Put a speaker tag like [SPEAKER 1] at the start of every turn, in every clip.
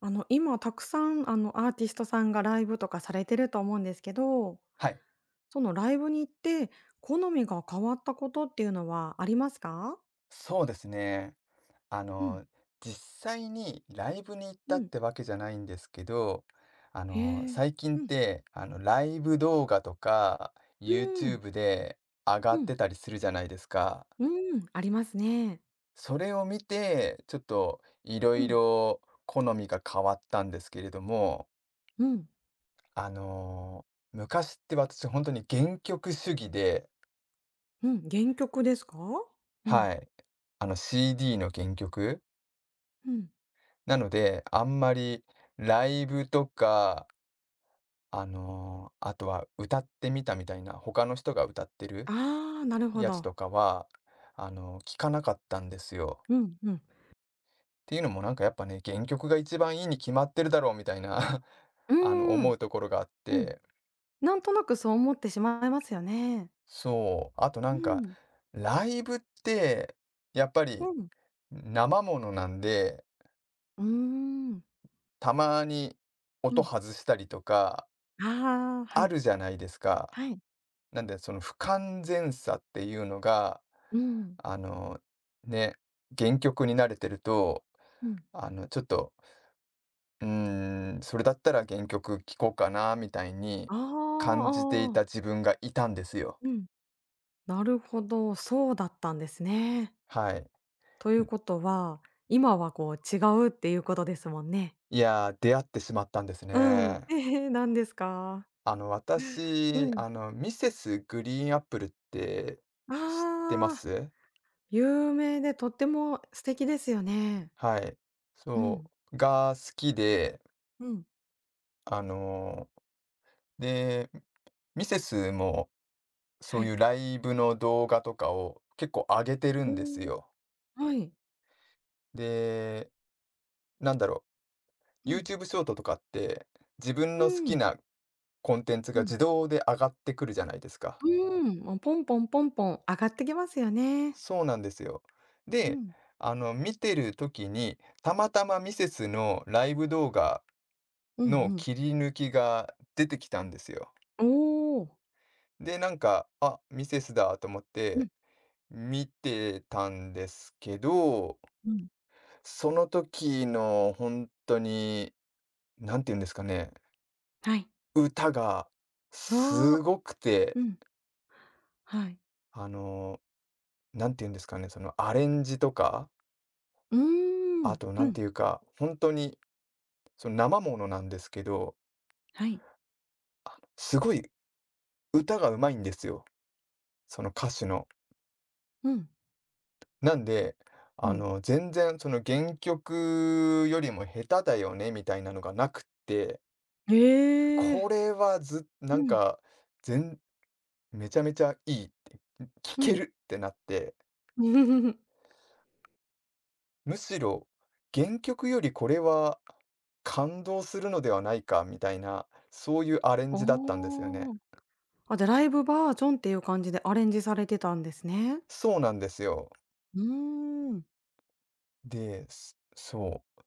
[SPEAKER 1] 今たくさん、アーティストさんがライブとかされてると思うんですけど、
[SPEAKER 2] はい、
[SPEAKER 1] そのライブに行って、好みが変わったことっていうのはありますか？
[SPEAKER 2] そうですね。あ
[SPEAKER 1] うん。
[SPEAKER 2] の、実際にライブに行っ
[SPEAKER 1] う
[SPEAKER 2] たっ
[SPEAKER 1] ん。
[SPEAKER 2] てわけじゃないんですけど、
[SPEAKER 1] へえ。
[SPEAKER 2] 最近っ
[SPEAKER 1] うん。
[SPEAKER 2] て、ライブ動画とか、
[SPEAKER 1] うん。
[SPEAKER 2] YouTube で上が
[SPEAKER 1] う
[SPEAKER 2] っ
[SPEAKER 1] ん。
[SPEAKER 2] てたりするじゃないですか。
[SPEAKER 1] うん、ありますね。
[SPEAKER 2] それを見て、ちょっといろ
[SPEAKER 1] う
[SPEAKER 2] い
[SPEAKER 1] ん。ん、
[SPEAKER 2] ろ好みが変わったんですけれども、
[SPEAKER 1] うん、
[SPEAKER 2] あの、昔って私本当に原曲主義で、
[SPEAKER 1] うん。原曲ですか？うん、
[SPEAKER 2] はい、あの CD の原曲
[SPEAKER 1] うん。
[SPEAKER 2] なので、あんまりライブとか、あとは歌ってみたみたいな、他の人が歌ってる
[SPEAKER 1] ああ、なるほ
[SPEAKER 2] やつ
[SPEAKER 1] ど。
[SPEAKER 2] とかは、聞かなかったんですよ。
[SPEAKER 1] うん、うん。
[SPEAKER 2] っていうのもなんかやっぱね、原曲が一番いいに決まってるだろうみたいな
[SPEAKER 1] う ー
[SPEAKER 2] 思
[SPEAKER 1] ん、
[SPEAKER 2] うところがあっ
[SPEAKER 1] うん。
[SPEAKER 2] て、
[SPEAKER 1] なんとなくそう思ってしまいますよね。
[SPEAKER 2] そう。あとな
[SPEAKER 1] う
[SPEAKER 2] んか、
[SPEAKER 1] ん、
[SPEAKER 2] ライブって、やっぱ
[SPEAKER 1] う
[SPEAKER 2] り
[SPEAKER 1] ん。
[SPEAKER 2] 生ものなんで、
[SPEAKER 1] うーん。
[SPEAKER 2] たまに
[SPEAKER 1] う
[SPEAKER 2] 音
[SPEAKER 1] ん。
[SPEAKER 2] 外したりとか、
[SPEAKER 1] ああ、は
[SPEAKER 2] あ
[SPEAKER 1] い。
[SPEAKER 2] るじゃないですか。
[SPEAKER 1] はい。
[SPEAKER 2] なんで、その不完全さっていうのが、
[SPEAKER 1] うん、
[SPEAKER 2] あの、ね、原曲に慣れてると、
[SPEAKER 1] うん。
[SPEAKER 2] ちょっと、それだったら原曲聴こうかなみたいに
[SPEAKER 1] あ
[SPEAKER 2] 感じてい
[SPEAKER 1] ーあー、あ
[SPEAKER 2] た自分がいたんですよ。
[SPEAKER 1] うん、なるほど、そうだったんですね。
[SPEAKER 2] はい。
[SPEAKER 1] という
[SPEAKER 2] ん
[SPEAKER 1] ことは、今はこう違うっていうことですもんね。
[SPEAKER 2] いやー、出会ってしまったんです
[SPEAKER 1] うん。
[SPEAKER 2] ね。
[SPEAKER 1] ええ、何ですか？う
[SPEAKER 2] 私、
[SPEAKER 1] ん。
[SPEAKER 2] ミセスグリーンアップルって知ってま
[SPEAKER 1] ああ、
[SPEAKER 2] す
[SPEAKER 1] 有名でとっても素敵ですよね。
[SPEAKER 2] はい。
[SPEAKER 1] う
[SPEAKER 2] そ
[SPEAKER 1] ん、
[SPEAKER 2] う。が好きで、
[SPEAKER 1] うん、
[SPEAKER 2] あの、で、ミセスもそ
[SPEAKER 1] は
[SPEAKER 2] うい
[SPEAKER 1] い。
[SPEAKER 2] うライブの動画とかを結構上げてる
[SPEAKER 1] う
[SPEAKER 2] んです
[SPEAKER 1] ん、
[SPEAKER 2] よ。
[SPEAKER 1] はい。
[SPEAKER 2] で、なんだろ
[SPEAKER 1] うん。
[SPEAKER 2] YouTube ショートとかって、自分
[SPEAKER 1] う
[SPEAKER 2] の好き
[SPEAKER 1] ん。
[SPEAKER 2] なコンテンツ
[SPEAKER 1] う
[SPEAKER 2] が
[SPEAKER 1] ん。
[SPEAKER 2] 自動で上がってくるじゃないですか。
[SPEAKER 1] うん、もうポンポンポンポン上がってきますよね。
[SPEAKER 2] そうなんですよ。
[SPEAKER 1] う
[SPEAKER 2] で、
[SPEAKER 1] ん、
[SPEAKER 2] 見てる時に、たまたまミセスのライブ動画
[SPEAKER 1] うん
[SPEAKER 2] の
[SPEAKER 1] うん。
[SPEAKER 2] 切り抜きが出てきたんですよ。
[SPEAKER 1] おお。
[SPEAKER 2] で、なんか、あ、ミセスだと思っ
[SPEAKER 1] う
[SPEAKER 2] て
[SPEAKER 1] ん、
[SPEAKER 2] 見てたんですけど、
[SPEAKER 1] うん、
[SPEAKER 2] その時の本当になんて言うんですかね、
[SPEAKER 1] はい。
[SPEAKER 2] 歌がす
[SPEAKER 1] ああ。
[SPEAKER 2] ごくて、
[SPEAKER 1] うん。はい。
[SPEAKER 2] あの、なんて言うんですかね、そのアレンジとか、
[SPEAKER 1] うー
[SPEAKER 2] あ
[SPEAKER 1] ん。
[SPEAKER 2] と
[SPEAKER 1] う
[SPEAKER 2] なん
[SPEAKER 1] ん。
[SPEAKER 2] ていうか、本当にその生ものなんですけど、
[SPEAKER 1] はい。
[SPEAKER 2] すごい歌がうまいんですよ、その歌手の。
[SPEAKER 1] うん。
[SPEAKER 2] なんで、
[SPEAKER 1] うん。
[SPEAKER 2] 全然その原曲よりも下手だよねみたいなのがなくって、
[SPEAKER 1] へえ。
[SPEAKER 2] これはずな
[SPEAKER 1] う
[SPEAKER 2] ん
[SPEAKER 1] ん。
[SPEAKER 2] か、全めちゃめちゃいいって、聴
[SPEAKER 1] う
[SPEAKER 2] け
[SPEAKER 1] ん。
[SPEAKER 2] るってなって むしろ、原曲よりこれは感動するのではないかみたいな、そういうアレン
[SPEAKER 1] あ
[SPEAKER 2] ジだったんですよね。
[SPEAKER 1] あ。あ、じゃ、ライブバージョンっていう感じでアレンジされてたんですね。
[SPEAKER 2] そうなんですよ。
[SPEAKER 1] うーん。
[SPEAKER 2] で、そう。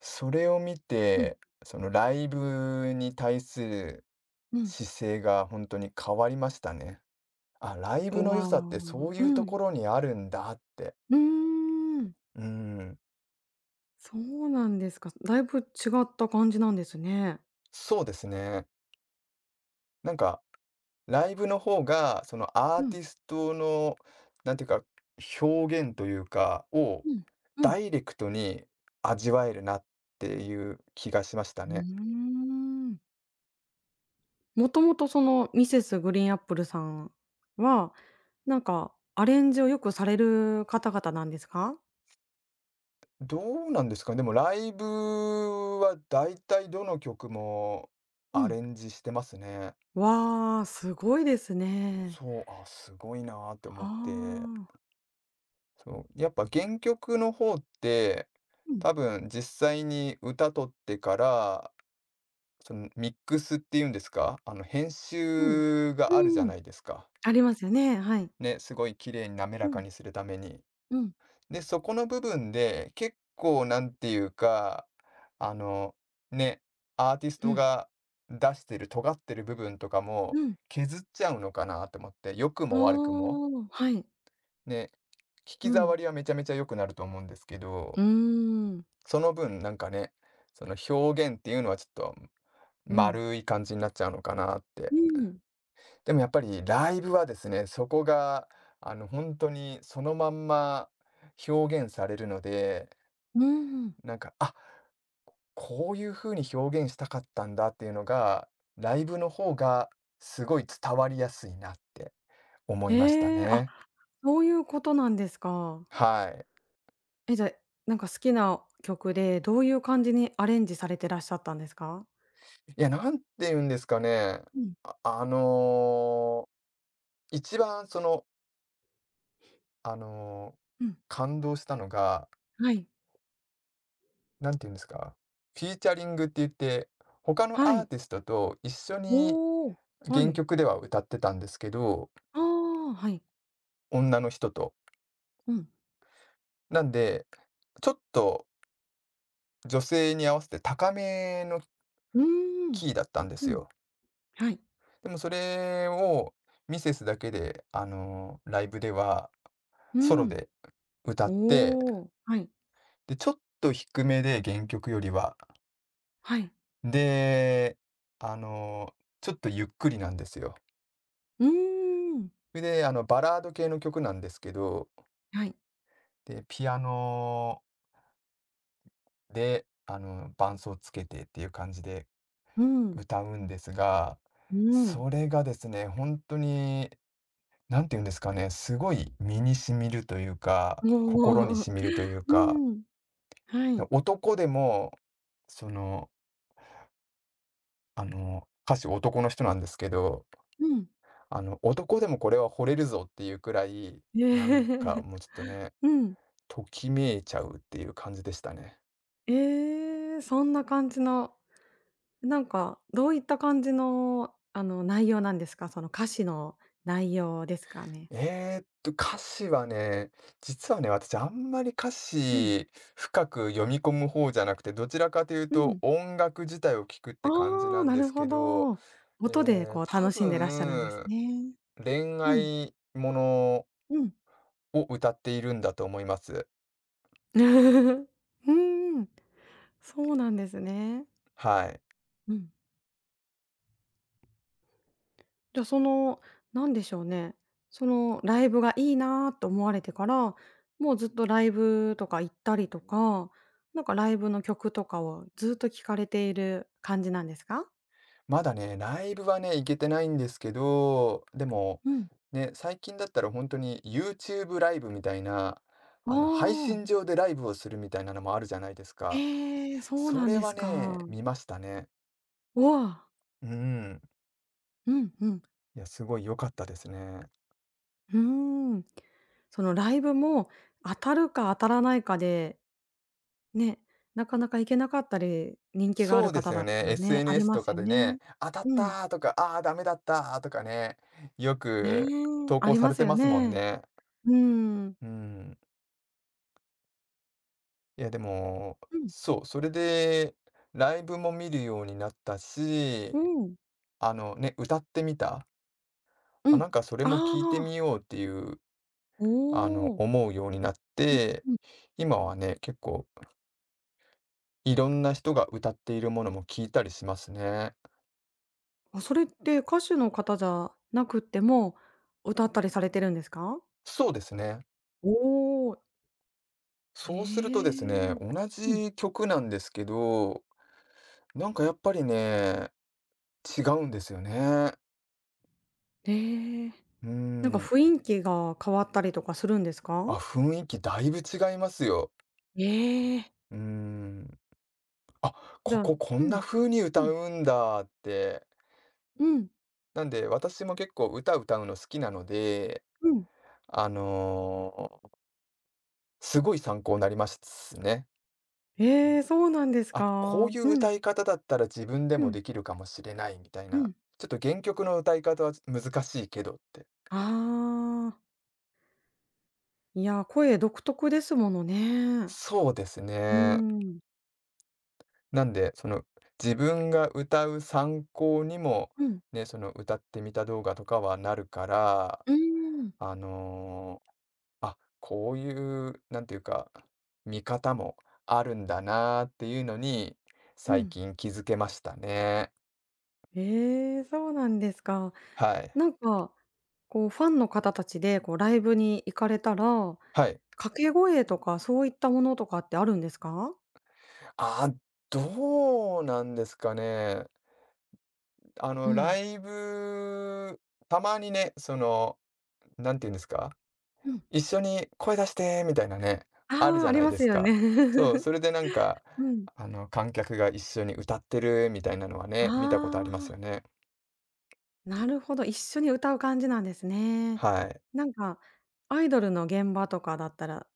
[SPEAKER 2] それを見
[SPEAKER 1] うん。
[SPEAKER 2] て、そのライブに対する
[SPEAKER 1] うん。
[SPEAKER 2] 姿勢が本当に変わりましたね。あ、ライ
[SPEAKER 1] う
[SPEAKER 2] ブの良
[SPEAKER 1] わ
[SPEAKER 2] さって
[SPEAKER 1] あ。
[SPEAKER 2] そういう
[SPEAKER 1] う
[SPEAKER 2] と
[SPEAKER 1] ん。
[SPEAKER 2] ころにあるんだって。
[SPEAKER 1] うーん。
[SPEAKER 2] うーん、
[SPEAKER 1] そうなんですか。だいぶ違った感じなんですね。
[SPEAKER 2] そうですね。なんかライブの方が、そのアー
[SPEAKER 1] うん。
[SPEAKER 2] ティストの、なんていうか、表現というか、を
[SPEAKER 1] うん。う
[SPEAKER 2] ダ
[SPEAKER 1] ん。
[SPEAKER 2] イレクトに味わえるなっていう気がしました
[SPEAKER 1] う
[SPEAKER 2] ね。
[SPEAKER 1] ーん。もともとそのミセスグリーンアップルさんは、なんかアレンジをよくされる方々なんですか？
[SPEAKER 2] どうなんですかね、でもライブはだいたいどの曲も
[SPEAKER 1] う
[SPEAKER 2] ア
[SPEAKER 1] ん。
[SPEAKER 2] レンジしてますね。
[SPEAKER 1] わあ、すごいですね。
[SPEAKER 2] そう、あ、すごいなーって思
[SPEAKER 1] あ
[SPEAKER 2] って。
[SPEAKER 1] あ。
[SPEAKER 2] そう、やっぱ原曲の方って、
[SPEAKER 1] うん、
[SPEAKER 2] 多分実際に歌取ってからそのミックスっていうんですか、あの編
[SPEAKER 1] うん。
[SPEAKER 2] 集があるじ
[SPEAKER 1] う
[SPEAKER 2] ゃ
[SPEAKER 1] ーん。
[SPEAKER 2] ないですか。
[SPEAKER 1] ありますよね、はい。
[SPEAKER 2] ね、すごい綺麗に滑
[SPEAKER 1] う
[SPEAKER 2] らか
[SPEAKER 1] ん、
[SPEAKER 2] にするために。
[SPEAKER 1] うん。
[SPEAKER 2] で、そこの部分で結構なんていうか、あの、ね、アーティス
[SPEAKER 1] う
[SPEAKER 2] ト
[SPEAKER 1] ん。
[SPEAKER 2] が出してる尖ってる部分とかも
[SPEAKER 1] うん。
[SPEAKER 2] 削っちゃうのかなと思って、良く
[SPEAKER 1] あ
[SPEAKER 2] も悪くも。
[SPEAKER 1] あ、はい。
[SPEAKER 2] ね、聞き
[SPEAKER 1] うん。
[SPEAKER 2] 障りはめちゃめちゃ良くなると思うんですけど、
[SPEAKER 1] うーん、
[SPEAKER 2] その分なんかね、その表現っていうのはちょっと
[SPEAKER 1] うん。
[SPEAKER 2] 丸い感じになっちゃうのかなって
[SPEAKER 1] うん、
[SPEAKER 2] でもやっぱりライブはですね、そこが、本当にそのまんま表現されるので、
[SPEAKER 1] うーん。
[SPEAKER 2] なんか、あ、こういう風に表現したかったんだっていうのが、ライブの方がすごい伝わりやすいなって思いました
[SPEAKER 1] ええ、あ、
[SPEAKER 2] ね。
[SPEAKER 1] そういうことなんですか。
[SPEAKER 2] はい。
[SPEAKER 1] え、じゃあ、なんか好きな曲で、どういう感じにアレンジされてらっしゃったんですか？
[SPEAKER 2] いや、なんて言うんですかね、
[SPEAKER 1] うん、
[SPEAKER 2] ああの、一番その、あの、
[SPEAKER 1] うん、
[SPEAKER 2] 感動したのが、
[SPEAKER 1] はい。
[SPEAKER 2] なんて言うんですか、フィーチャリングって言って、他の
[SPEAKER 1] は
[SPEAKER 2] アー
[SPEAKER 1] い。
[SPEAKER 2] ティストと一緒に
[SPEAKER 1] おお、は
[SPEAKER 2] 原
[SPEAKER 1] い。
[SPEAKER 2] 曲では歌ってたんですけど、
[SPEAKER 1] ああ、はい。
[SPEAKER 2] 女の人と。
[SPEAKER 1] うん。
[SPEAKER 2] なんで、ちょっと女性に合わせて高めの
[SPEAKER 1] うーん、
[SPEAKER 2] キーだったんです
[SPEAKER 1] うん、
[SPEAKER 2] よ。
[SPEAKER 1] はい。
[SPEAKER 2] でもそれをミセスだけで、ライブでは
[SPEAKER 1] う
[SPEAKER 2] ソロ
[SPEAKER 1] ん。
[SPEAKER 2] で歌って、
[SPEAKER 1] おお、はい、
[SPEAKER 2] で、ちょっと低めで原曲よりは。
[SPEAKER 1] はい。
[SPEAKER 2] で、あの、ちょっとゆっくりなんですよ。
[SPEAKER 1] うーん、
[SPEAKER 2] それで、バラード系の曲なんですけど、
[SPEAKER 1] はい。
[SPEAKER 2] で、ピアノで、伴奏つけてっていう感じで
[SPEAKER 1] うん、
[SPEAKER 2] 歌うんですが、
[SPEAKER 1] うん。
[SPEAKER 2] それがですね、本当になんて言うんですかね、すごい身に染みるというか、
[SPEAKER 1] お
[SPEAKER 2] 心に
[SPEAKER 1] お、
[SPEAKER 2] 染みるという
[SPEAKER 1] う
[SPEAKER 2] か、
[SPEAKER 1] ん、はい。
[SPEAKER 2] 男でも、その、歌手男の人なんですけど、
[SPEAKER 1] うん。
[SPEAKER 2] 男でもこれは惚れるぞっていうくらい、
[SPEAKER 1] え
[SPEAKER 2] なんか
[SPEAKER 1] え。
[SPEAKER 2] もうちょっとね、
[SPEAKER 1] うん。
[SPEAKER 2] ときめいちゃうっていう感じでしたね。
[SPEAKER 1] ええ、そんな感じのなんか、どういった感じの、内容なんですか？その歌詞の内容ですかね？
[SPEAKER 2] 歌詞はね、実はね、私あんまり歌
[SPEAKER 1] うん。
[SPEAKER 2] 詞深く読み込む方じゃなくて、どちらかという
[SPEAKER 1] う
[SPEAKER 2] と
[SPEAKER 1] ん。
[SPEAKER 2] 音楽自体を聞くって感じ
[SPEAKER 1] あ
[SPEAKER 2] な
[SPEAKER 1] あ、
[SPEAKER 2] ん
[SPEAKER 1] な
[SPEAKER 2] で
[SPEAKER 1] る
[SPEAKER 2] す
[SPEAKER 1] ほ
[SPEAKER 2] けど、
[SPEAKER 1] ど。音でこう
[SPEAKER 2] 多
[SPEAKER 1] 楽しんでらっしゃるんです
[SPEAKER 2] 分
[SPEAKER 1] ね。
[SPEAKER 2] 恋
[SPEAKER 1] うん、
[SPEAKER 2] 愛もの
[SPEAKER 1] うん。
[SPEAKER 2] を歌っているんだと思います。
[SPEAKER 1] うーん、そうなんですね。
[SPEAKER 2] はい。
[SPEAKER 1] うん。じゃあ、その、なんでしょうね、そのライブがいいなと思われてから、もうずっとライブとか行ったりとか、なんかライブの曲とかをずっと聴かれている感じなんですか？
[SPEAKER 2] まだね、ライブはね、行けてないんですけど、でも、
[SPEAKER 1] うん。
[SPEAKER 2] ね、最近だったら本当に YouTube ライブみたいな、
[SPEAKER 1] あ
[SPEAKER 2] 配
[SPEAKER 1] あ。
[SPEAKER 2] 信上でライブをするみたいなのもあるじゃないですか。
[SPEAKER 1] ええ、そう
[SPEAKER 2] そ
[SPEAKER 1] なん
[SPEAKER 2] れ
[SPEAKER 1] で
[SPEAKER 2] は
[SPEAKER 1] す
[SPEAKER 2] ね、
[SPEAKER 1] か。
[SPEAKER 2] 見ましたね。
[SPEAKER 1] わ
[SPEAKER 2] うん。
[SPEAKER 1] うんうん。
[SPEAKER 2] いや、すごい良かったですね。
[SPEAKER 1] うーん。そのライブも、当たるか当たらないかで、ね、なかなか行けなかったり、人気があ
[SPEAKER 2] そ
[SPEAKER 1] る
[SPEAKER 2] うです
[SPEAKER 1] 方だ
[SPEAKER 2] よ
[SPEAKER 1] っ
[SPEAKER 2] ね。
[SPEAKER 1] たらね、あり
[SPEAKER 2] SNS
[SPEAKER 1] ま
[SPEAKER 2] と
[SPEAKER 1] す
[SPEAKER 2] か
[SPEAKER 1] よ
[SPEAKER 2] でね、
[SPEAKER 1] ね。
[SPEAKER 2] 当たっ
[SPEAKER 1] う
[SPEAKER 2] た
[SPEAKER 1] ん。
[SPEAKER 2] ーとか、ああ、ダメだったーとかね、よ
[SPEAKER 1] ね、
[SPEAKER 2] く投
[SPEAKER 1] あ
[SPEAKER 2] 稿
[SPEAKER 1] り
[SPEAKER 2] さ
[SPEAKER 1] ま
[SPEAKER 2] れ
[SPEAKER 1] す
[SPEAKER 2] て
[SPEAKER 1] よ
[SPEAKER 2] ますもん
[SPEAKER 1] ね。
[SPEAKER 2] ね。
[SPEAKER 1] うーん。
[SPEAKER 2] うん。いや、でも、
[SPEAKER 1] うん、
[SPEAKER 2] そう、それでライブも見るようになった
[SPEAKER 1] う
[SPEAKER 2] し、
[SPEAKER 1] ん、
[SPEAKER 2] あのね、歌ってみた。
[SPEAKER 1] う
[SPEAKER 2] あ、
[SPEAKER 1] ん。
[SPEAKER 2] なんかそれ
[SPEAKER 1] あ
[SPEAKER 2] も聞いて
[SPEAKER 1] あ、
[SPEAKER 2] みようっていう、
[SPEAKER 1] おお。
[SPEAKER 2] 思うようになっ
[SPEAKER 1] うん
[SPEAKER 2] て、
[SPEAKER 1] うん。
[SPEAKER 2] 今はね、結構いろんな人が歌っているものも聞いたりしますね。
[SPEAKER 1] あ、それって歌手の方じゃなくっても、歌ったりされてるんですか？
[SPEAKER 2] そうですね。
[SPEAKER 1] おお。
[SPEAKER 2] そうするとで
[SPEAKER 1] え
[SPEAKER 2] すね、
[SPEAKER 1] え。
[SPEAKER 2] 同
[SPEAKER 1] うん。
[SPEAKER 2] じ曲なんですけど、なんかやっぱりね、違うんですよね。
[SPEAKER 1] ええ。
[SPEAKER 2] う
[SPEAKER 1] なんか
[SPEAKER 2] ん。
[SPEAKER 1] 雰囲気が変わったりとかするんです
[SPEAKER 2] あ、
[SPEAKER 1] か？
[SPEAKER 2] 雰囲気だいぶ違いますよ。
[SPEAKER 1] ええ。
[SPEAKER 2] うん。あ、
[SPEAKER 1] じゃあ
[SPEAKER 2] こ
[SPEAKER 1] う
[SPEAKER 2] んな
[SPEAKER 1] ん。
[SPEAKER 2] 風に歌
[SPEAKER 1] うん。
[SPEAKER 2] うんだって。
[SPEAKER 1] うん。
[SPEAKER 2] なんで私も結構歌歌うの好きなので、
[SPEAKER 1] うん。
[SPEAKER 2] あの、すごい参考になりますね。
[SPEAKER 1] ええ、そうなんです
[SPEAKER 2] あ、こう
[SPEAKER 1] か？
[SPEAKER 2] いう
[SPEAKER 1] うん。
[SPEAKER 2] 歌い方だったら自分で
[SPEAKER 1] う
[SPEAKER 2] も
[SPEAKER 1] ん。
[SPEAKER 2] できるかもしれないみたい
[SPEAKER 1] う
[SPEAKER 2] な。
[SPEAKER 1] ん。
[SPEAKER 2] ちょっと原曲の歌い方は難しいけどって。
[SPEAKER 1] ああ。いや、声独特ですものね。
[SPEAKER 2] そうです
[SPEAKER 1] うー
[SPEAKER 2] ね。
[SPEAKER 1] ん。
[SPEAKER 2] なんで、その自分が歌う参考にも、
[SPEAKER 1] うん。
[SPEAKER 2] ね、その歌ってみた動画とかはなるから、
[SPEAKER 1] うーん。
[SPEAKER 2] あの、あ、こういう、なんていうか、見方もあるんだなーっていうのに、
[SPEAKER 1] う
[SPEAKER 2] 最
[SPEAKER 1] ん。
[SPEAKER 2] 近気づけましたね。
[SPEAKER 1] ええ、そうなんですか。
[SPEAKER 2] はい。
[SPEAKER 1] なんか、こうファンの方たちで、こうライブに行かれたら、
[SPEAKER 2] はい。
[SPEAKER 1] 掛け声とかそういったものとかってあるんですか？
[SPEAKER 2] あどうなんですかね。あ
[SPEAKER 1] う
[SPEAKER 2] の、ラ
[SPEAKER 1] ん。
[SPEAKER 2] イブ、たまにね、その、なんて言うんですか、
[SPEAKER 1] うん。
[SPEAKER 2] 一緒に声出してみたいなね、ある
[SPEAKER 1] あ
[SPEAKER 2] じ
[SPEAKER 1] あ、あ
[SPEAKER 2] ゃな
[SPEAKER 1] り
[SPEAKER 2] い
[SPEAKER 1] ま
[SPEAKER 2] で
[SPEAKER 1] す
[SPEAKER 2] す
[SPEAKER 1] よね。
[SPEAKER 2] か。そう、それでなんか、
[SPEAKER 1] うん。
[SPEAKER 2] 観客が一緒に歌ってるみたいなのは
[SPEAKER 1] あ
[SPEAKER 2] ね、見たことありますよ
[SPEAKER 1] あ、
[SPEAKER 2] ね。
[SPEAKER 1] なるほど、一緒に歌う感じなんですね。
[SPEAKER 2] はい。
[SPEAKER 1] なんか、アイドルの現場とかだったら、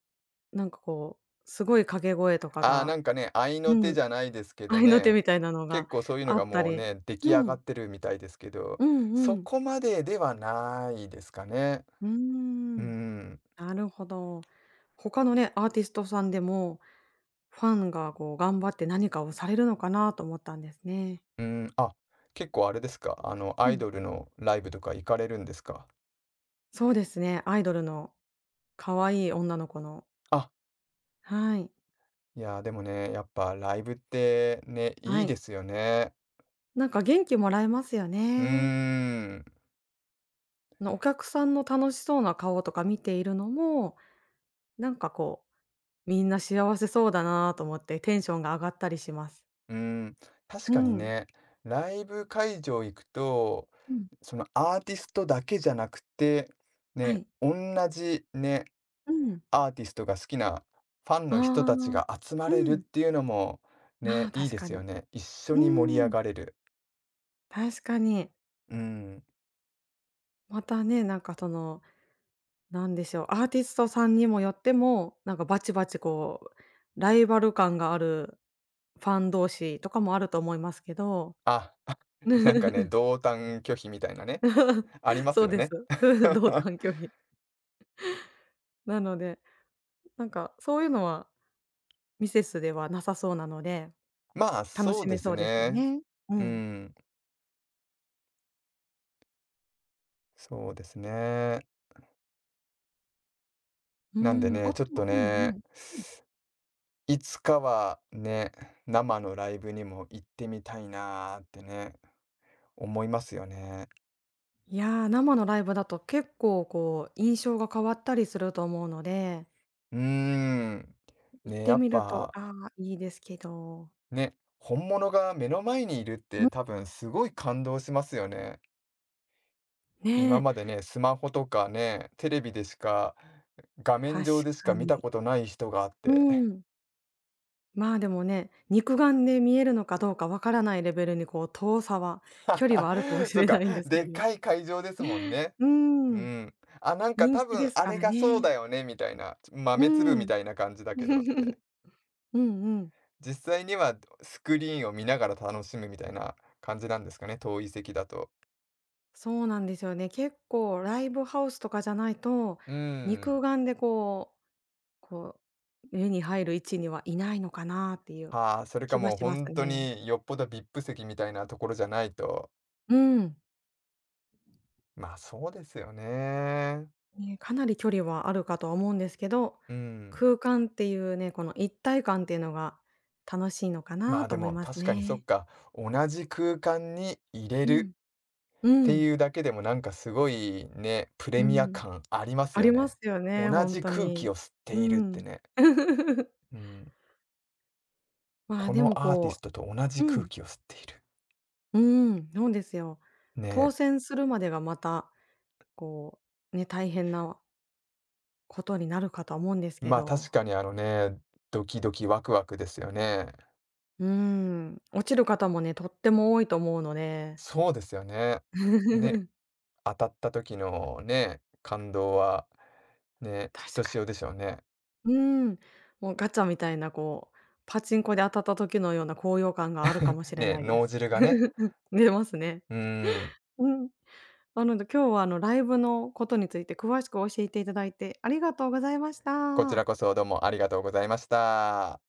[SPEAKER 1] なんかこう、すごい掛け声とか
[SPEAKER 2] ああ、な
[SPEAKER 1] が、
[SPEAKER 2] んかね、合いの
[SPEAKER 1] う
[SPEAKER 2] 手
[SPEAKER 1] ん、
[SPEAKER 2] じゃないですけど
[SPEAKER 1] 合いの手
[SPEAKER 2] ね、
[SPEAKER 1] みたいなの
[SPEAKER 2] 結
[SPEAKER 1] が
[SPEAKER 2] 構そういうの
[SPEAKER 1] あ
[SPEAKER 2] が
[SPEAKER 1] った
[SPEAKER 2] もう
[SPEAKER 1] り。
[SPEAKER 2] ね、出来上
[SPEAKER 1] う
[SPEAKER 2] が
[SPEAKER 1] ん、
[SPEAKER 2] ってるみたいですけど、
[SPEAKER 1] うんう
[SPEAKER 2] そ
[SPEAKER 1] ん。
[SPEAKER 2] こまでではないですかね。
[SPEAKER 1] うー
[SPEAKER 2] うー
[SPEAKER 1] ん、
[SPEAKER 2] ん。
[SPEAKER 1] なるほど。他のね、アーティストさんでも、ファンがこう頑張って何かをされるのかなと思ったんですね。
[SPEAKER 2] あ、結構あれですか、ア
[SPEAKER 1] う
[SPEAKER 2] イ
[SPEAKER 1] ん。
[SPEAKER 2] ドルのライブとか行かれるんですか？
[SPEAKER 1] そうですね、アイドルの可愛い女の子の。
[SPEAKER 2] あ、
[SPEAKER 1] はい。
[SPEAKER 2] いや、でもね、やっぱライブってね、い
[SPEAKER 1] は
[SPEAKER 2] いで
[SPEAKER 1] い。
[SPEAKER 2] すよね。
[SPEAKER 1] なんか元気もらえますよ
[SPEAKER 2] うー
[SPEAKER 1] ね。
[SPEAKER 2] ん、
[SPEAKER 1] お客さんの楽しそうな顔とか見ているのも、なんかこう、みんな幸せそうだなと思ってテンションが上がったりします。
[SPEAKER 2] うーん、確
[SPEAKER 1] う
[SPEAKER 2] かに
[SPEAKER 1] ん。
[SPEAKER 2] ね、ライブ会場行くと、
[SPEAKER 1] うん。
[SPEAKER 2] そのアーティストだけじゃなくて、
[SPEAKER 1] は
[SPEAKER 2] ね、
[SPEAKER 1] い。
[SPEAKER 2] 同じね、
[SPEAKER 1] うん。
[SPEAKER 2] アーティストが好きなファン
[SPEAKER 1] あ
[SPEAKER 2] の人
[SPEAKER 1] あ。
[SPEAKER 2] たちが集まれ
[SPEAKER 1] う
[SPEAKER 2] るっ
[SPEAKER 1] ん。
[SPEAKER 2] ていうのも
[SPEAKER 1] あ
[SPEAKER 2] ね、
[SPEAKER 1] あ、
[SPEAKER 2] いい
[SPEAKER 1] 確
[SPEAKER 2] で
[SPEAKER 1] か
[SPEAKER 2] す
[SPEAKER 1] に。
[SPEAKER 2] よね。一緒
[SPEAKER 1] う
[SPEAKER 2] に盛り上
[SPEAKER 1] ん。
[SPEAKER 2] がれる。
[SPEAKER 1] 確かに。
[SPEAKER 2] うーん。
[SPEAKER 1] またね、なんかそのなんでしょう、アーティストさんにもよっても、なんかバチバチこう、ライバル感があるファン同士とかもあると思いますけど。
[SPEAKER 2] あ なんかね、同担拒否みたいなね、あります
[SPEAKER 1] そう
[SPEAKER 2] よ
[SPEAKER 1] です。
[SPEAKER 2] ね。
[SPEAKER 1] うん、同 担拒否。なので、なんかそういうのはミセスではなさそうなので、
[SPEAKER 2] まあ、
[SPEAKER 1] 楽
[SPEAKER 2] そう
[SPEAKER 1] し
[SPEAKER 2] で
[SPEAKER 1] め
[SPEAKER 2] す
[SPEAKER 1] そうですよ
[SPEAKER 2] ね。
[SPEAKER 1] ね。う
[SPEAKER 2] う
[SPEAKER 1] ん。
[SPEAKER 2] ん、そうですね。
[SPEAKER 1] うー
[SPEAKER 2] なんで
[SPEAKER 1] ん、
[SPEAKER 2] ね、
[SPEAKER 1] あと
[SPEAKER 2] ちょっと
[SPEAKER 1] うん
[SPEAKER 2] ね、
[SPEAKER 1] うん。
[SPEAKER 2] いつかはね、生のライブにも行ってみたいなーってね、思いますよね。
[SPEAKER 1] いや、生のライブだと結構こう、印象が変わったりすると思うので、
[SPEAKER 2] うーん。
[SPEAKER 1] 行っ
[SPEAKER 2] ね、や
[SPEAKER 1] て
[SPEAKER 2] っ
[SPEAKER 1] みると
[SPEAKER 2] ぱ、
[SPEAKER 1] ああ、いいですけど。
[SPEAKER 2] ね、本物が目の前にいるっ
[SPEAKER 1] う
[SPEAKER 2] て
[SPEAKER 1] ん、
[SPEAKER 2] 多分すごい感動しますよね。今
[SPEAKER 1] ね。
[SPEAKER 2] までね、スマホとかね、テレビでしか、画面
[SPEAKER 1] 確
[SPEAKER 2] 上でしか
[SPEAKER 1] か
[SPEAKER 2] 見
[SPEAKER 1] に。
[SPEAKER 2] たことない人があっ
[SPEAKER 1] う
[SPEAKER 2] て。
[SPEAKER 1] ん。まあ、でもね、肉眼で見えるのかどうかわからないレベルにこう遠さは距離はあるかも し
[SPEAKER 2] そっ
[SPEAKER 1] れ
[SPEAKER 2] か、
[SPEAKER 1] ないんですけ
[SPEAKER 2] でっ
[SPEAKER 1] ど。
[SPEAKER 2] かい会場ですもんね。
[SPEAKER 1] う
[SPEAKER 2] う
[SPEAKER 1] ん、
[SPEAKER 2] ん。あ、なんか
[SPEAKER 1] 人
[SPEAKER 2] 多
[SPEAKER 1] 気
[SPEAKER 2] 分
[SPEAKER 1] です
[SPEAKER 2] あ
[SPEAKER 1] か
[SPEAKER 2] れ
[SPEAKER 1] ら
[SPEAKER 2] がそう
[SPEAKER 1] ね。
[SPEAKER 2] だよねみたいな、
[SPEAKER 1] う
[SPEAKER 2] 豆粒み
[SPEAKER 1] ん。
[SPEAKER 2] たいな感じだけどって。
[SPEAKER 1] うんうん。
[SPEAKER 2] 実際にはスクリーンを見ながら楽しむみたいな感じなんですかね、遠い席だと。
[SPEAKER 1] そうなんですよね。結構ライブハウスとかじゃないと、
[SPEAKER 2] うーん。
[SPEAKER 1] 肉眼でこうこ目に入る位置にはいないのかなっていう
[SPEAKER 2] はあ、それか
[SPEAKER 1] 気は
[SPEAKER 2] もう
[SPEAKER 1] しま
[SPEAKER 2] 本
[SPEAKER 1] す
[SPEAKER 2] 当
[SPEAKER 1] ね。
[SPEAKER 2] によっぽど VIP 席みたいなところじゃないと。
[SPEAKER 1] うん。
[SPEAKER 2] まあ、そうですよね。
[SPEAKER 1] ね、かなり距離はあるかとは思うんですけど、
[SPEAKER 2] うん。
[SPEAKER 1] 空間っていうね、この一体感っていうのが楽しいのか
[SPEAKER 2] ま
[SPEAKER 1] な
[SPEAKER 2] あ、
[SPEAKER 1] と
[SPEAKER 2] で
[SPEAKER 1] 思い
[SPEAKER 2] も
[SPEAKER 1] ます
[SPEAKER 2] 確かにそっ
[SPEAKER 1] ね。
[SPEAKER 2] か、同じ空間に入れ
[SPEAKER 1] う
[SPEAKER 2] る
[SPEAKER 1] ん。
[SPEAKER 2] っ
[SPEAKER 1] う
[SPEAKER 2] て
[SPEAKER 1] ん。
[SPEAKER 2] いうだけでもなんかすごいね、プレ
[SPEAKER 1] う
[SPEAKER 2] ミア
[SPEAKER 1] ん。
[SPEAKER 2] 感あります
[SPEAKER 1] あ
[SPEAKER 2] よ
[SPEAKER 1] りま
[SPEAKER 2] ね。
[SPEAKER 1] すよ
[SPEAKER 2] 同
[SPEAKER 1] ね、ほん
[SPEAKER 2] じ
[SPEAKER 1] と
[SPEAKER 2] 空気
[SPEAKER 1] に。
[SPEAKER 2] を吸って
[SPEAKER 1] う
[SPEAKER 2] いるって
[SPEAKER 1] ん。
[SPEAKER 2] ね。うん。
[SPEAKER 1] まあ、
[SPEAKER 2] こ
[SPEAKER 1] でも
[SPEAKER 2] のアーティス
[SPEAKER 1] こ
[SPEAKER 2] トと同
[SPEAKER 1] う
[SPEAKER 2] じ
[SPEAKER 1] う
[SPEAKER 2] 空
[SPEAKER 1] ん。
[SPEAKER 2] 気を吸っている。
[SPEAKER 1] うん、そうですよ。
[SPEAKER 2] ね。
[SPEAKER 1] 当選するまでがまた、こう、ね、大変なことになるかとは思うんですけ
[SPEAKER 2] まあ、確
[SPEAKER 1] ど。
[SPEAKER 2] かにあのね、ドキドキワクワクですよね。
[SPEAKER 1] うん、落ちる方もね、とっても多いと思うので。
[SPEAKER 2] そうですよね。ね、当たった時のね、感動は、ね、ひ
[SPEAKER 1] 確
[SPEAKER 2] と
[SPEAKER 1] か
[SPEAKER 2] しお
[SPEAKER 1] に。
[SPEAKER 2] でしょうね。
[SPEAKER 1] うーん、もうガチャみたいなこう、パチンコで当たった時のような高揚感があるかもしれ
[SPEAKER 2] ね、
[SPEAKER 1] ないで
[SPEAKER 2] 脳
[SPEAKER 1] す。
[SPEAKER 2] 汁がね。
[SPEAKER 1] 出ますね。
[SPEAKER 2] うーん。
[SPEAKER 1] うん。なので今日はあのライブのことについて詳しく教えていただいてありがとうございまし
[SPEAKER 2] こち
[SPEAKER 1] た。
[SPEAKER 2] らこそどうもありがとうございました。